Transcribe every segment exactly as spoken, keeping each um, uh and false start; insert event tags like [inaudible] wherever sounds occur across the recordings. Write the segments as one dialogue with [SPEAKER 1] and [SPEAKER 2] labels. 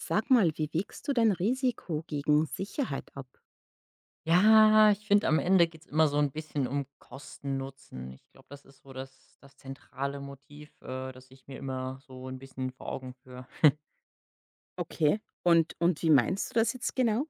[SPEAKER 1] Sag mal, wie wägst du dein Risiko gegen Sicherheit ab?
[SPEAKER 2] Ja, ich finde, am Ende geht's immer so ein bisschen um Kosten Nutzen. Ich glaube, das ist so das das zentrale Motiv, äh, das ich mir immer so ein bisschen vor Augen führe. [laughs]
[SPEAKER 1] Okay. Und und wie meinst du das jetzt genau?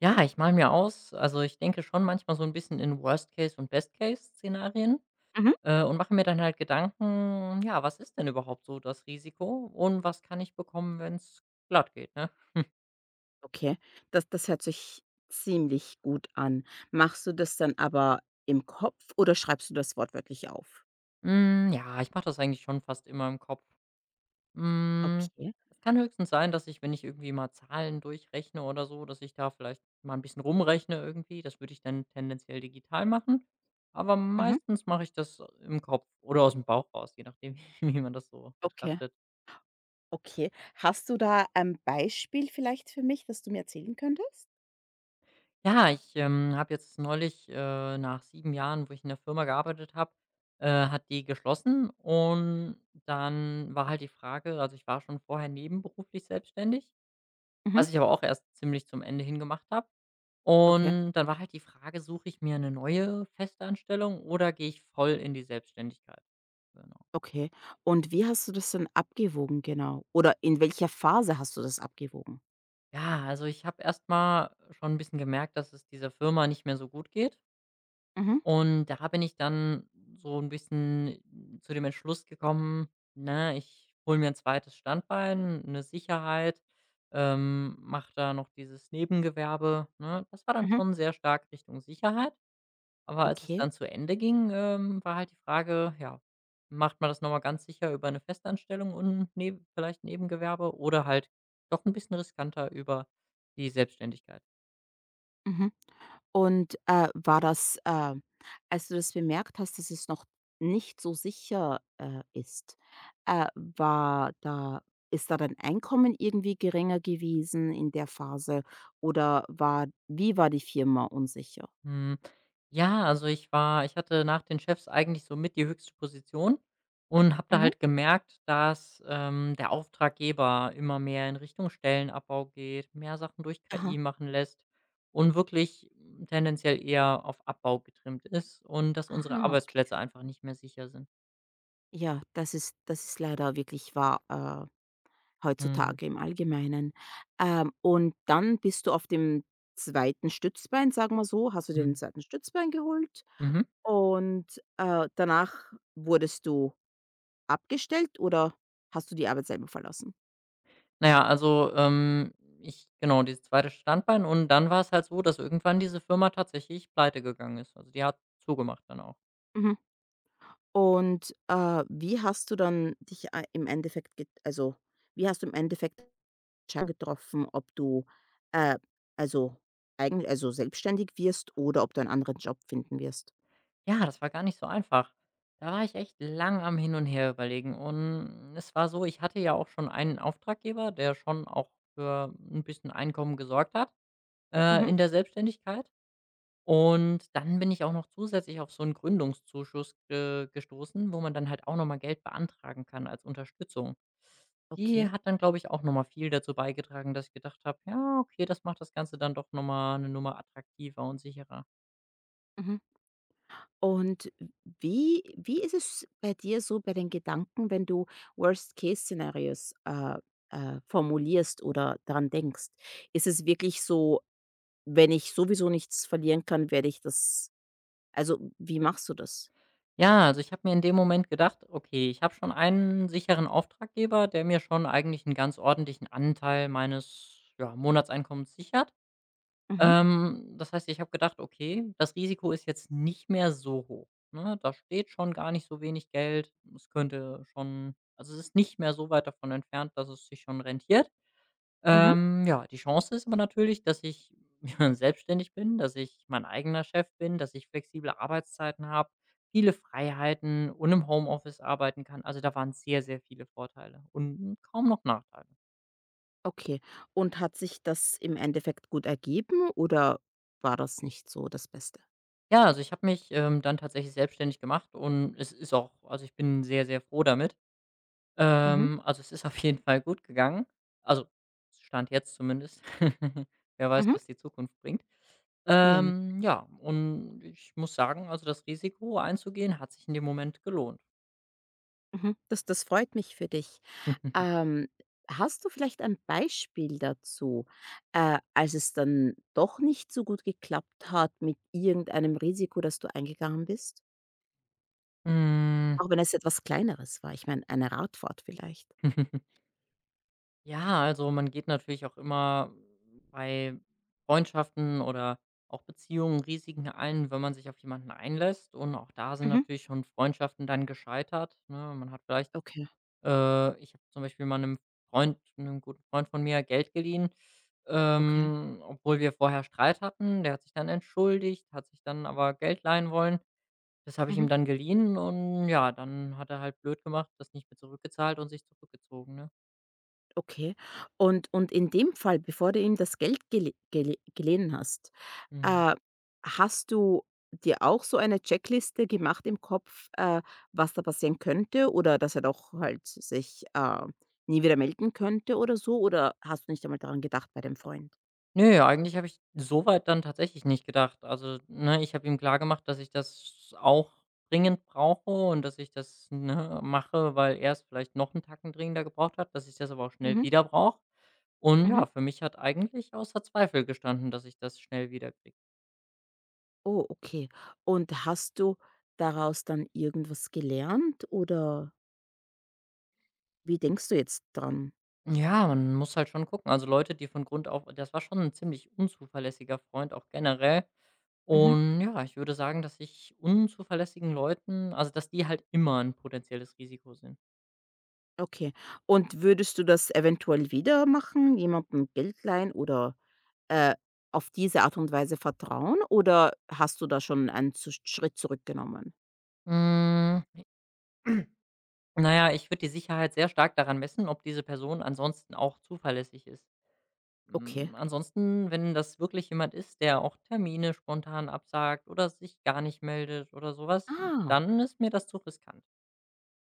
[SPEAKER 2] Ja, ich male mir aus also, ich denke schon manchmal so ein bisschen in Worst Case und Best Case Szenarien,
[SPEAKER 1] Mhm.
[SPEAKER 2] äh, und mache mir dann halt Gedanken, ja, was ist denn überhaupt so das Risiko und was kann ich bekommen, wenn's glatt geht, ne?
[SPEAKER 1] Okay, das das hört sich ziemlich gut an. Machst du das dann aber im Kopf oder schreibst du das wortwörtlich auf?
[SPEAKER 2] Hm, ja, ich mache das eigentlich schon fast immer im Kopf. Hm,
[SPEAKER 1] Okay.
[SPEAKER 2] Es kann höchstens sein, dass ich, wenn ich irgendwie mal Zahlen durchrechne oder so, dass ich da vielleicht mal ein bisschen rumrechne irgendwie. Das würde ich dann tendenziell digital machen. Aber
[SPEAKER 1] Mhm.
[SPEAKER 2] meistens mache ich das im Kopf oder aus dem Bauch raus, je nachdem, [laughs] wie man das so
[SPEAKER 1] Okay.
[SPEAKER 2] betrachtet.
[SPEAKER 1] Okay. Hast du da ein Beispiel vielleicht für mich, das du mir erzählen könntest?
[SPEAKER 2] Ja, ich, ähm, habe jetzt neulich, äh nach sieben Jahren, wo ich in der Firma gearbeitet habe, äh, hat die geschlossen, und dann war halt die Frage also, ich war schon vorher nebenberuflich selbstständig,
[SPEAKER 1] Mhm.
[SPEAKER 2] was ich aber auch erst ziemlich zum Ende hin gemacht habe.
[SPEAKER 1] Okay.
[SPEAKER 2] Und dann war halt die Frage, suche ich mir eine neue Festanstellung oder gehe ich voll in die Selbstständigkeit? Genau.
[SPEAKER 1] Okay. Und wie hast du das dann abgewogen genau? Oder in welcher Phase hast du das abgewogen?
[SPEAKER 2] Ja, also ich habe erst mal schon ein bisschen gemerkt, dass es dieser Firma nicht mehr so gut geht.
[SPEAKER 1] Mhm.
[SPEAKER 2] Und da bin ich dann so ein bisschen zu dem Entschluss gekommen, ne, ich hole mir ein zweites Standbein, eine Sicherheit, ähm, mache da noch dieses Nebengewerbe, ne? Das war dann
[SPEAKER 1] Mhm.
[SPEAKER 2] schon sehr stark Richtung Sicherheit. Aber als es
[SPEAKER 1] Okay.
[SPEAKER 2] dann zu Ende ging, ähm, war halt die Frage, ja, macht man das noch mal ganz sicher über eine Festanstellung und neb vielleicht Nebengewerbe oder halt doch ein bisschen riskanter über die Selbstständigkeit?
[SPEAKER 1] Mhm. Und, äh, war das, äh als du das bemerkt hast, dass es noch nicht so sicher, äh, ist, äh, war da ist da dein Einkommen irgendwie geringer gewesen in der Phase oder war wie war die Firma unsicher?
[SPEAKER 2] Hm, ja, also ich war ich hatte nach den Chefs eigentlich so mit die höchste Position und habe da
[SPEAKER 1] Mhm.
[SPEAKER 2] halt gemerkt, dass, ähm, der Auftraggeber immer mehr in Richtung Stellenabbau geht, mehr Sachen durch K I
[SPEAKER 1] Aha.
[SPEAKER 2] machen lässt und wirklich tendenziell eher auf Abbau getrimmt ist und dass unsere
[SPEAKER 1] Ah, okay.
[SPEAKER 2] Arbeitsplätze einfach nicht mehr sicher sind.
[SPEAKER 1] Ja, das ist das ist leider wirklich wahr, äh
[SPEAKER 2] Mhm,
[SPEAKER 1] heutzutage im Allgemeinen. Ähm, und dann bist du auf dem zweiten Stützbein, sagen wir so, hast du dir den
[SPEAKER 2] mhm,
[SPEAKER 1] zweiten Stützbein geholt
[SPEAKER 2] mhm.
[SPEAKER 1] und, äh, danach wurdest du abgestellt oder hast du die Arbeit selber verlassen?
[SPEAKER 2] Na ja, also, ähm, ich genau, dieses zweite Standbein, und dann war es halt so, dass irgendwann diese Firma tatsächlich pleite gegangen ist. Also, die hat zugemacht dann auch.
[SPEAKER 1] Mhm. Und, äh, wie hast du dann dich ei im Endeffekt get also, wie hast du im Endeffekt Entscheidung getroffen, ob du, äh, also, eigen also, selbstständig wirst oder ob du einen anderen Job finden wirst?
[SPEAKER 2] Ja, das war gar nicht so einfach. Da war ich echt lang am Hin und Her überlegen, und es war so, ich hatte ja auch schon einen Auftraggeber, der schon auch für ein bisschen Einkommen gesorgt hat, äh,
[SPEAKER 1] Mhm.
[SPEAKER 2] in der Selbstständigkeit. Und dann bin ich auch noch zusätzlich auf so einen Gründungszuschuss, äh, gestoßen, wo man dann halt auch noch mal Geld beantragen kann als Unterstützung. Die
[SPEAKER 1] Okay.
[SPEAKER 2] hat dann, glaube ich, auch noch mal viel dazu beigetragen, dass ich gedacht habe: „Ja, okay, das macht das Ganze dann doch noch mal 'ne Nummer attraktiver und sicherer."
[SPEAKER 1] Mhm. Und wie wie ist es bei dir so bei den Gedanken, wenn du Worst-Case-Szenarios, äh, äh, formulierst oder daran denkst? Ist es wirklich so: „Wenn ich sowieso nichts verlieren kann, werde ich das“, also, wie machst du das?
[SPEAKER 2] Ja, also ich habe mir in dem Moment gedacht: „Okay, ich habe schon einen sicheren Auftraggeber, der mir schon eigentlich einen ganz ordentlichen Anteil meines, ja, Monatseinkommens sichert."
[SPEAKER 1] Mhm,
[SPEAKER 2] Ähm, das heißt, ich habe gedacht: „Okay, das Risiko ist jetzt nicht mehr so hoch, ne? Da steht schon gar nicht so wenig Geld. Es könnte schon also, es ist nicht mehr so weit davon entfernt, dass es sich schon rentiert."
[SPEAKER 1] mhm,
[SPEAKER 2] Ähm, ja, die Chance ist aber natürlich, dass ich [laughs] selbstständig bin, dass ich mein eigener Chef bin, dass ich flexible Arbeitszeiten habe, viele Freiheiten und im Homeoffice arbeiten kann. Also, da waren sehr, sehr viele Vorteile und kaum noch Nachteile.
[SPEAKER 1] okay. Und hat sich das im Endeffekt gut ergeben oder war das nicht so das Beste?
[SPEAKER 2] Ja, also, ich habe mich, ähm, dann tatsächlich selbstständig gemacht, und es ist auch also, ich bin sehr, sehr froh damit.
[SPEAKER 1] Mhm,
[SPEAKER 2] Ähm, also, es ist auf jeden Fall gut gegangen. Also, Stand jetzt zumindest. [laughs] Wer weiß,
[SPEAKER 1] mhm,
[SPEAKER 2] was die Zukunft bringt.
[SPEAKER 1] ja, ne?
[SPEAKER 2] Ähm, ja, und ich muss sagen, also, das Risiko einzugehen hat sich in dem Moment gelohnt.
[SPEAKER 1] Mhm. Das das freut mich für dich.
[SPEAKER 2] [laughs]
[SPEAKER 1] Ähm, hast du vielleicht ein Beispiel dazu, äh, als es dann doch nicht so gut geklappt hat mit irgendeinem Risiko, das du eingegangen bist?
[SPEAKER 2] Hm.
[SPEAKER 1] Auch wenn es etwas Kleineres war. Ich meine, eine Radfahrt vielleicht.
[SPEAKER 2] [laughs] Ja, also, man geht natürlich auch immer bei Freundschaften oder auch Beziehungen Risiken ein, wenn man sich auf jemanden einlässt, und auch da sind
[SPEAKER 1] Mhm.
[SPEAKER 2] natürlich schon Freundschaften dann gescheitert, ne? Man hat vielleicht.
[SPEAKER 1] Okay,
[SPEAKER 2] Äh, ich habe zum Beispiel mal einem Freund einem guten Freund von mir Geld geliehen,
[SPEAKER 1] okay.
[SPEAKER 2] ähm, obwohl wir vorher Streit hatten. Der hat sich dann entschuldigt, hat sich dann aber Geld leihen wollen. Das habe ich ihm
[SPEAKER 1] Mhm.
[SPEAKER 2] dann geliehen, und ja, dann hat er halt blöd gemacht, das nicht mehr zurückgezahlt und sich zurückgezogen, ne?
[SPEAKER 1] Okay. Und und in dem Fall, bevor du ihm das Geld gele gele geliehen hast,
[SPEAKER 2] Mhm.
[SPEAKER 1] äh, hast du dir auch so eine Checkliste gemacht im Kopf, äh, was da passieren könnte oder dass er doch halt sich, äh, nie wieder melden könnte oder so? Oder hast du nicht einmal daran gedacht bei dem Freund?
[SPEAKER 2] Ne, eigentlich habe ich soweit dann tatsächlich nicht gedacht. Also, ne, ich habe ihm klar gemacht, dass ich das auch dringend brauche und dass ich das, ne, mache, weil er es vielleicht noch 'n Tacken dringender gebraucht hat, dass ich das aber auch schnell
[SPEAKER 1] Mhm,
[SPEAKER 2] wieder brauche. Und
[SPEAKER 1] mhm.
[SPEAKER 2] ja, für mich hat eigentlich außer Zweifel gestanden, dass ich das schnell wiederkriege.
[SPEAKER 1] Oh, okay. Und hast du daraus dann irgendwas gelernt oder wie denkst du jetzt dran?
[SPEAKER 2] Ja, man muss halt schon gucken. Also Leute, die von Grund auf das war schon ein ziemlich unzuverlässiger Freund, auch generell. Und ja, ich würde sagen, dass ich unzuverlässigen Leuten also, dass die halt immer ein potenzielles Risiko sind.
[SPEAKER 1] Okay. Und würdest du das eventuell wieder machen, jemandem Geld leihen oder, äh, auf diese Art und Weise vertrauen oder hast du da schon einen zu Schritt zurückgenommen?
[SPEAKER 2] Hm, na ja, ich würde die Sicherheit sehr stark daran messen, ob diese Person ansonsten auch zuverlässig ist.
[SPEAKER 1] Okay.
[SPEAKER 2] Hm, ansonsten, wenn das wirklich jemand ist, der auch Termine spontan absagt oder sich gar nicht meldet oder sowas,
[SPEAKER 1] Ah,
[SPEAKER 2] dann ist mir das zu riskant.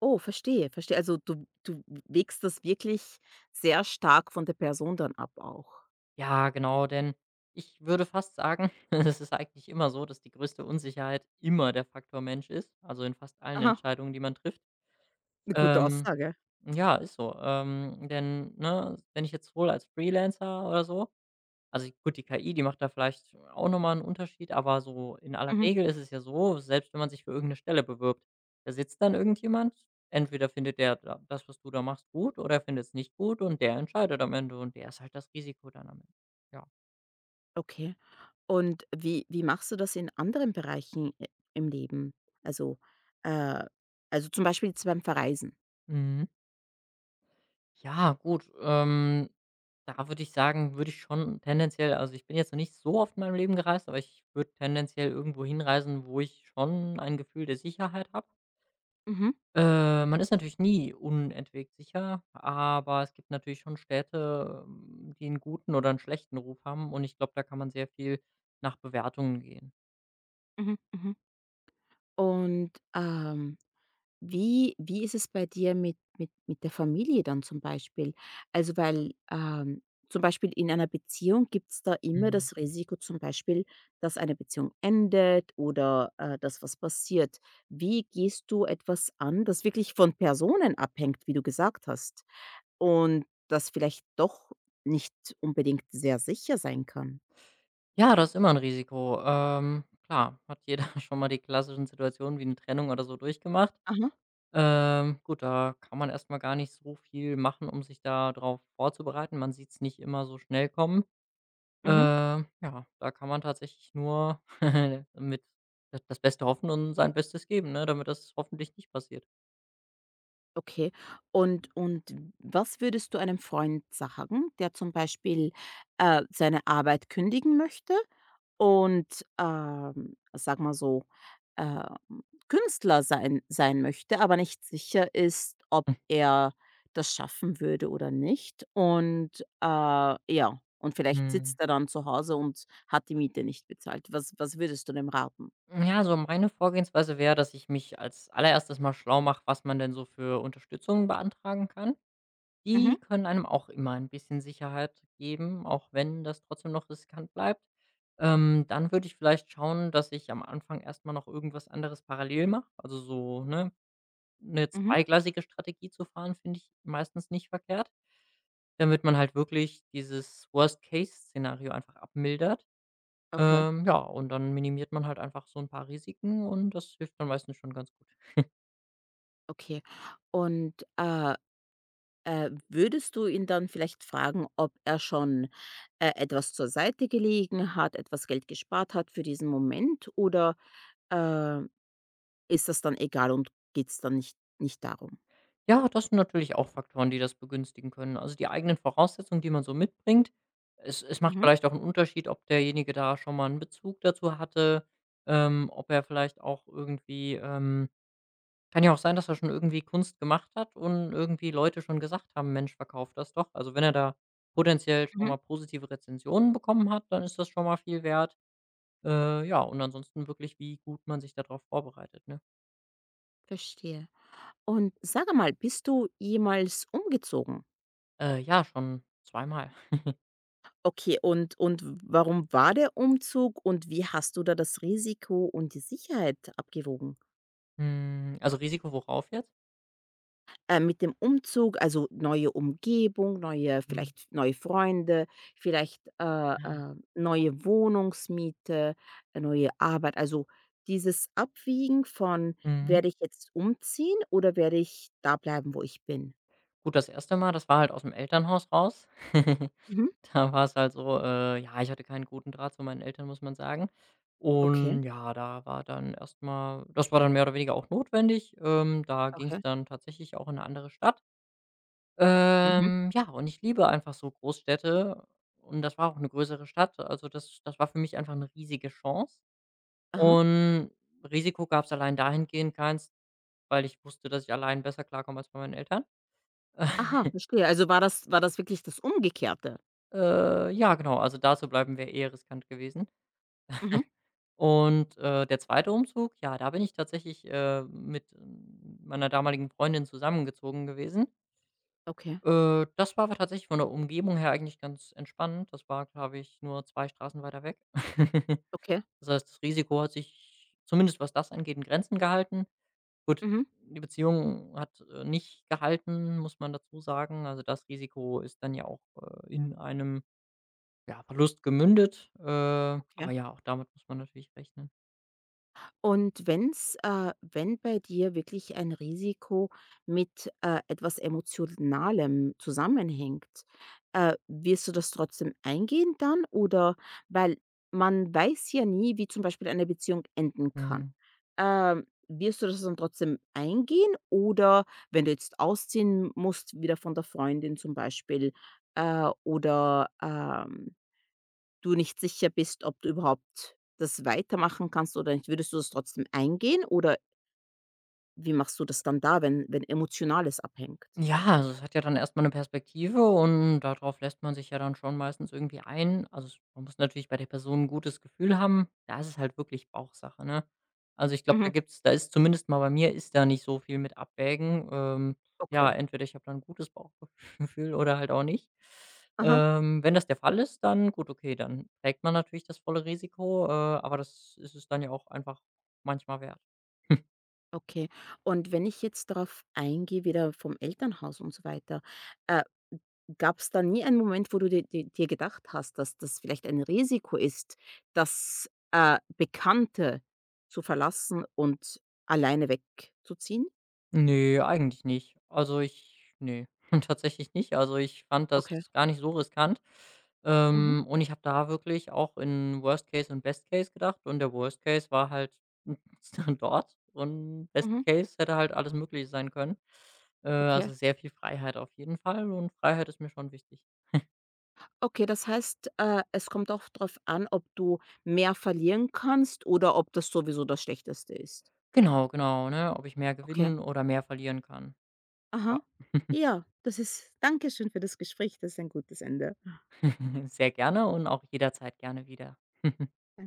[SPEAKER 1] oh, verstehe, verstehe. Also, du du wägst das wirklich sehr stark von der Person dann ab auch.
[SPEAKER 2] Ja, genau, denn ich würde fast sagen, [laughs] es ist eigentlich immer so, dass die größte Unsicherheit immer der Faktor Mensch ist, also in fast allen
[SPEAKER 1] Aha,
[SPEAKER 2] Entscheidungen, die man trifft.
[SPEAKER 1] eine gute
[SPEAKER 2] Ähm,
[SPEAKER 1] Aussage.
[SPEAKER 2] ja, ist so. Ähm, denn, ne, wenn ich jetzt wohl als Freelancer oder so, also, die- gut, die K I, die macht da vielleicht auch noch mal 'n Unterschied, aber so in aller
[SPEAKER 1] Mhm,
[SPEAKER 2] Regel ist es ja so, selbst wenn man sich für irgendeine Stelle bewirbt, da sitzt dann irgendjemand, entweder findet der da das, was du da machst, gut oder findet es nicht gut, und der entscheidet am Ende, und der ist halt das Risiko dann am Ende. Ja.
[SPEAKER 1] okay. Und wie wie machst du das in anderen Bereichen i im Leben? Also, äh also, zum Beispiel jetzt beim Verreisen?
[SPEAKER 2] Mhm. Ja, gut, ähm, da würde ich sagen, würde ich schon tendenziell also, ich bin jetzt noch nicht so oft in meinem Leben gereist, aber ich würde tendenziell irgendwo hinreisen, wo ich schon ein Gefühl der Sicherheit habe.
[SPEAKER 1] Mhm,
[SPEAKER 2] Äh, man ist natürlich nie unentwegt sicher, aber es gibt natürlich schon Städte, ähm, die einen guten oder einen schlechten Ruf haben, und ich glaube, da kann man sehr viel nach Bewertungen gehen.
[SPEAKER 1] mhm, mhm. Und, ähm, wie wie ist es bei dir mit mit mit der Familie dann zum Beispiel? Also, weil, ähm, zum Beispiel in einer Beziehung gibt's da immer
[SPEAKER 2] Mhm.
[SPEAKER 1] das Risiko zum Beispiel, dass eine Beziehung endet oder, äh, dass was passiert. Wie gehst du etwas an, das wirklich von Personen abhängt, wie du gesagt hast, und das vielleicht doch nicht unbedingt sehr sicher sein kann?
[SPEAKER 2] Ja, das ist immer ein Risiko. Ähm, klar, hat jeder [laughs] schon mal die klassischen Situationen wie eine Trennung oder so durchgemacht.
[SPEAKER 1] Aha,
[SPEAKER 2] Ähm, gut, da kann man erst mal gar nicht so viel machen, um sich da drauf vorzubereiten. Man sieht es nicht immer so schnell kommen.
[SPEAKER 1] mhm.
[SPEAKER 2] Ähm, ja, da kann man tatsächlich nur [laughs] mit d das Beste hoffen und sein Bestes geben, ne, damit das hoffentlich nicht passiert.
[SPEAKER 1] Okay. Und und was würdest du einem Freund sagen, der zum Beispiel, äh, seine Arbeit kündigen möchte und, ähm, sage mal so, ähm, Künstler sein sein möchte, aber nicht sicher ist, ob er das schaffen würde oder nicht? Und, äh, ja, und vielleicht
[SPEAKER 2] Mhm.
[SPEAKER 1] sitzt er dann zu Hause und hat die Miete nicht bezahlt. Was was würdest du dem raten?
[SPEAKER 2] Ja, so meine Vorgehensweise wäre, dass ich mich als allererstes mal schlau mache, was man denn so für Unterstützung beantragen kann.
[SPEAKER 1] Mhm,
[SPEAKER 2] Die können einem auch immer ein bisschen Sicherheit geben, auch wenn das trotzdem noch riskant bleibt. Ähm, dann würde ich vielleicht schauen, dass ich am Anfang erst mal noch irgendwas anderes parallel mache. Also so, ne, 'ne
[SPEAKER 1] mhm.
[SPEAKER 2] zweigleisige Strategie zu fahren, finde ich meistens nicht verkehrt, damit man halt wirklich dieses Worst-Case-Szenario einfach abmildert.
[SPEAKER 1] Okay,
[SPEAKER 2] Ähm, ja, und dann minimiert man halt einfach so 'n paar Risiken, und das hilft dann meistens schon ganz gut.
[SPEAKER 1] okay. Und, äh Äh, würdest du ihn dann vielleicht fragen, ob er schon, äh, etwas zur Seite gelegen hat, etwas Geld gespart hat für diesen Moment oder, äh, ist das dann egal und geht's dann nicht nicht darum?
[SPEAKER 2] Ja, das sind natürlich auch Faktoren, die das begünstigen können. Also, die eigenen Voraussetzungen, die man so mitbringt. Es es macht
[SPEAKER 1] Mhm,
[SPEAKER 2] vielleicht auch 'n Unterschied, ob derjenige da schon mal 'n Bezug dazu hatte, ähm, ob er vielleicht auch irgendwie, ähm kann ja auch sein, dass er schon irgendwie Kunst gemacht hat und irgendwie Leute schon gesagt haben: „Mensch, verkauf das doch." Also, wenn er da potenziell schon
[SPEAKER 1] mhm,
[SPEAKER 2] mal positive Rezensionen bekommen hat, dann ist das schon mal viel wert. Äh, ja, und ansonsten wirklich, wie gut man sich darauf vorbereitet, ne?
[SPEAKER 1] verstehe. Und sag mal, bist du jemals umgezogen?
[SPEAKER 2] Äh, ja, schon zweimal.
[SPEAKER 1] Okay, und und warum war der Umzug und wie hast du da das Risiko und die Sicherheit abgewogen?
[SPEAKER 2] Hm, also Risiko worauf jetzt?
[SPEAKER 1] Äh, mit dem Umzug, also neue Umgebung, neue,
[SPEAKER 2] Hm,
[SPEAKER 1] vielleicht neue Freunde, vielleicht äh, äh, neue Wohnungsmiete, äh, neue Arbeit. Also dieses Abwiegen von,
[SPEAKER 2] mhm.
[SPEAKER 1] werde ich jetzt umziehen oder werde ich da bleiben, wo ich bin?
[SPEAKER 2] Gut, das erste Mal, das war halt aus dem Elternhaus raus. [laughs]
[SPEAKER 1] Mhm.
[SPEAKER 2] Da war's halt so, äh ja, ich hatte keinen guten Draht zu meinen Eltern, muss man sagen.
[SPEAKER 1] Okay,
[SPEAKER 2] Und ja, da war dann erstmal, das war dann mehr oder weniger auch notwendig. Ähm, da ging es
[SPEAKER 1] okay.
[SPEAKER 2] dann tatsächlich auch in eine andere Stadt.
[SPEAKER 1] Mhm.
[SPEAKER 2] Ähm, ja, und ich liebe einfach so Großstädte, und das war auch eine größere Stadt. Also, das das war für mich einfach eine riesige Chance.
[SPEAKER 1] Aha.
[SPEAKER 2] Und Risiko gab es allein dahingehend keins, weil ich wusste, dass ich allein besser klarkomme als bei meinen Eltern.
[SPEAKER 1] Aha,
[SPEAKER 2] [laughs]
[SPEAKER 1] verstehe. Also war das, war das wirklich das Umgekehrte?
[SPEAKER 2] Äh, ja, genau, also da zu bleiben wäre eher riskant gewesen.
[SPEAKER 1] Mhm.
[SPEAKER 2] Und, äh, der zweite Umzug, ja, da bin ich tatsächlich, äh, mit ähm, meiner damaligen Freundin zusammengezogen gewesen.
[SPEAKER 1] Okay,
[SPEAKER 2] Äh, das war aber tatsächlich von der Umgebung her eigentlich ganz entspannend. Das war, glaube ich, nur zwei Straßen weiter weg. [laughs]
[SPEAKER 1] okay.
[SPEAKER 2] Das heißt, das Risiko hat sich zumindest was das angeht in Grenzen gehalten. Gut,
[SPEAKER 1] Mhm.
[SPEAKER 2] die Beziehung hat, äh, nicht gehalten, muss man dazu sagen. Also, das Risiko ist dann ja auch, äh, in einem, ja, Verlust gemündet. Äh, aber
[SPEAKER 1] Okay.
[SPEAKER 2] ja, auch damit muss man natürlich rechnen.
[SPEAKER 1] Und wenn's äh, wenn bei dir wirklich ein Risiko mit, äh, etwas Emotionalem zusammenhängt, äh, wirst du das trotzdem eingehen dann oder weil man weiß ja nie, wie zum Beispiel eine Beziehung enden kann.
[SPEAKER 2] Mhm.
[SPEAKER 1] Ähm, wirst du das dann trotzdem eingehen oder wenn du jetzt ausziehen musst, wieder von der Freundin zum Beispiel, äh, oder, ähm du nicht sicher bist, ob du überhaupt das weitermachen kannst oder nicht, würdest du das trotzdem eingehen oder wie machst du das dann da, wenn wenn Emotionales abhängt?
[SPEAKER 2] Ja, also es hat ja dann erst mal 'ne Perspektive, und darauf lässt man sich ja dann schon meistens irgendwie ein. Also, es man muss natürlich bei der Person ein gutes Gefühl haben. Da ist es halt wirklich Bauchsache, ne? Also, ich glaube, da
[SPEAKER 1] Mhm.
[SPEAKER 2] gibt's da ist zumindest mal bei mir ist da nicht so viel mit Abwägen. Ähm, ja,
[SPEAKER 1] Okay.
[SPEAKER 2] entweder ich habe dann 'n gutes Bauchgefühl [laughs] oder halt auch nicht.
[SPEAKER 1] Aha.
[SPEAKER 2] Ähm, wenn das der Fall ist, dann gut, okay, dann trägt man natürlich das volle Risiko, äh, aber das ist es dann ja auch einfach manchmal wert. [laughs]
[SPEAKER 1] Okay. Und wenn ich jetzt darauf eingehe, wieder vom Elternhaus und so weiter, äh, gab es da nie einen Moment, wo du dir dir dir gedacht hast, dass das vielleicht ein Risiko ist, das, äh, Bekannte zu verlassen und alleine wegzuziehen?
[SPEAKER 2] Nee, eigentlich nicht. Also, ich nee, [laughs] tatsächlich nicht. Also, ich fand das
[SPEAKER 1] Okay.
[SPEAKER 2] gar nicht so riskant.
[SPEAKER 1] Mhm.
[SPEAKER 2] Ähm, und ich habe da wirklich auch in Worst Case und Best Case gedacht, und der Worst Case war halt [laughs] dort, und Best
[SPEAKER 1] Mhm.
[SPEAKER 2] Case hätte halt alles Mögliche sein können. Äh,
[SPEAKER 1] Okay.
[SPEAKER 2] also, sehr viel Freiheit auf jeden Fall, und Freiheit ist mir schon wichtig.
[SPEAKER 1] Okay, das heißt, äh, es kommt auch darauf an, ob du mehr verlieren kannst oder ob das sowieso das Schlechteste ist.
[SPEAKER 2] Genau, genau, ne? Ob ich mehr
[SPEAKER 1] Okay.
[SPEAKER 2] gewinnen oder mehr verlieren kann. Ja.
[SPEAKER 1] Aha.
[SPEAKER 2] [laughs]
[SPEAKER 1] Ja, das ist Dankeschön für das Gespräch. Das ist ein gutes Ende.
[SPEAKER 2] Sehr gerne und auch jederzeit gerne wieder. [laughs]
[SPEAKER 1] Danke.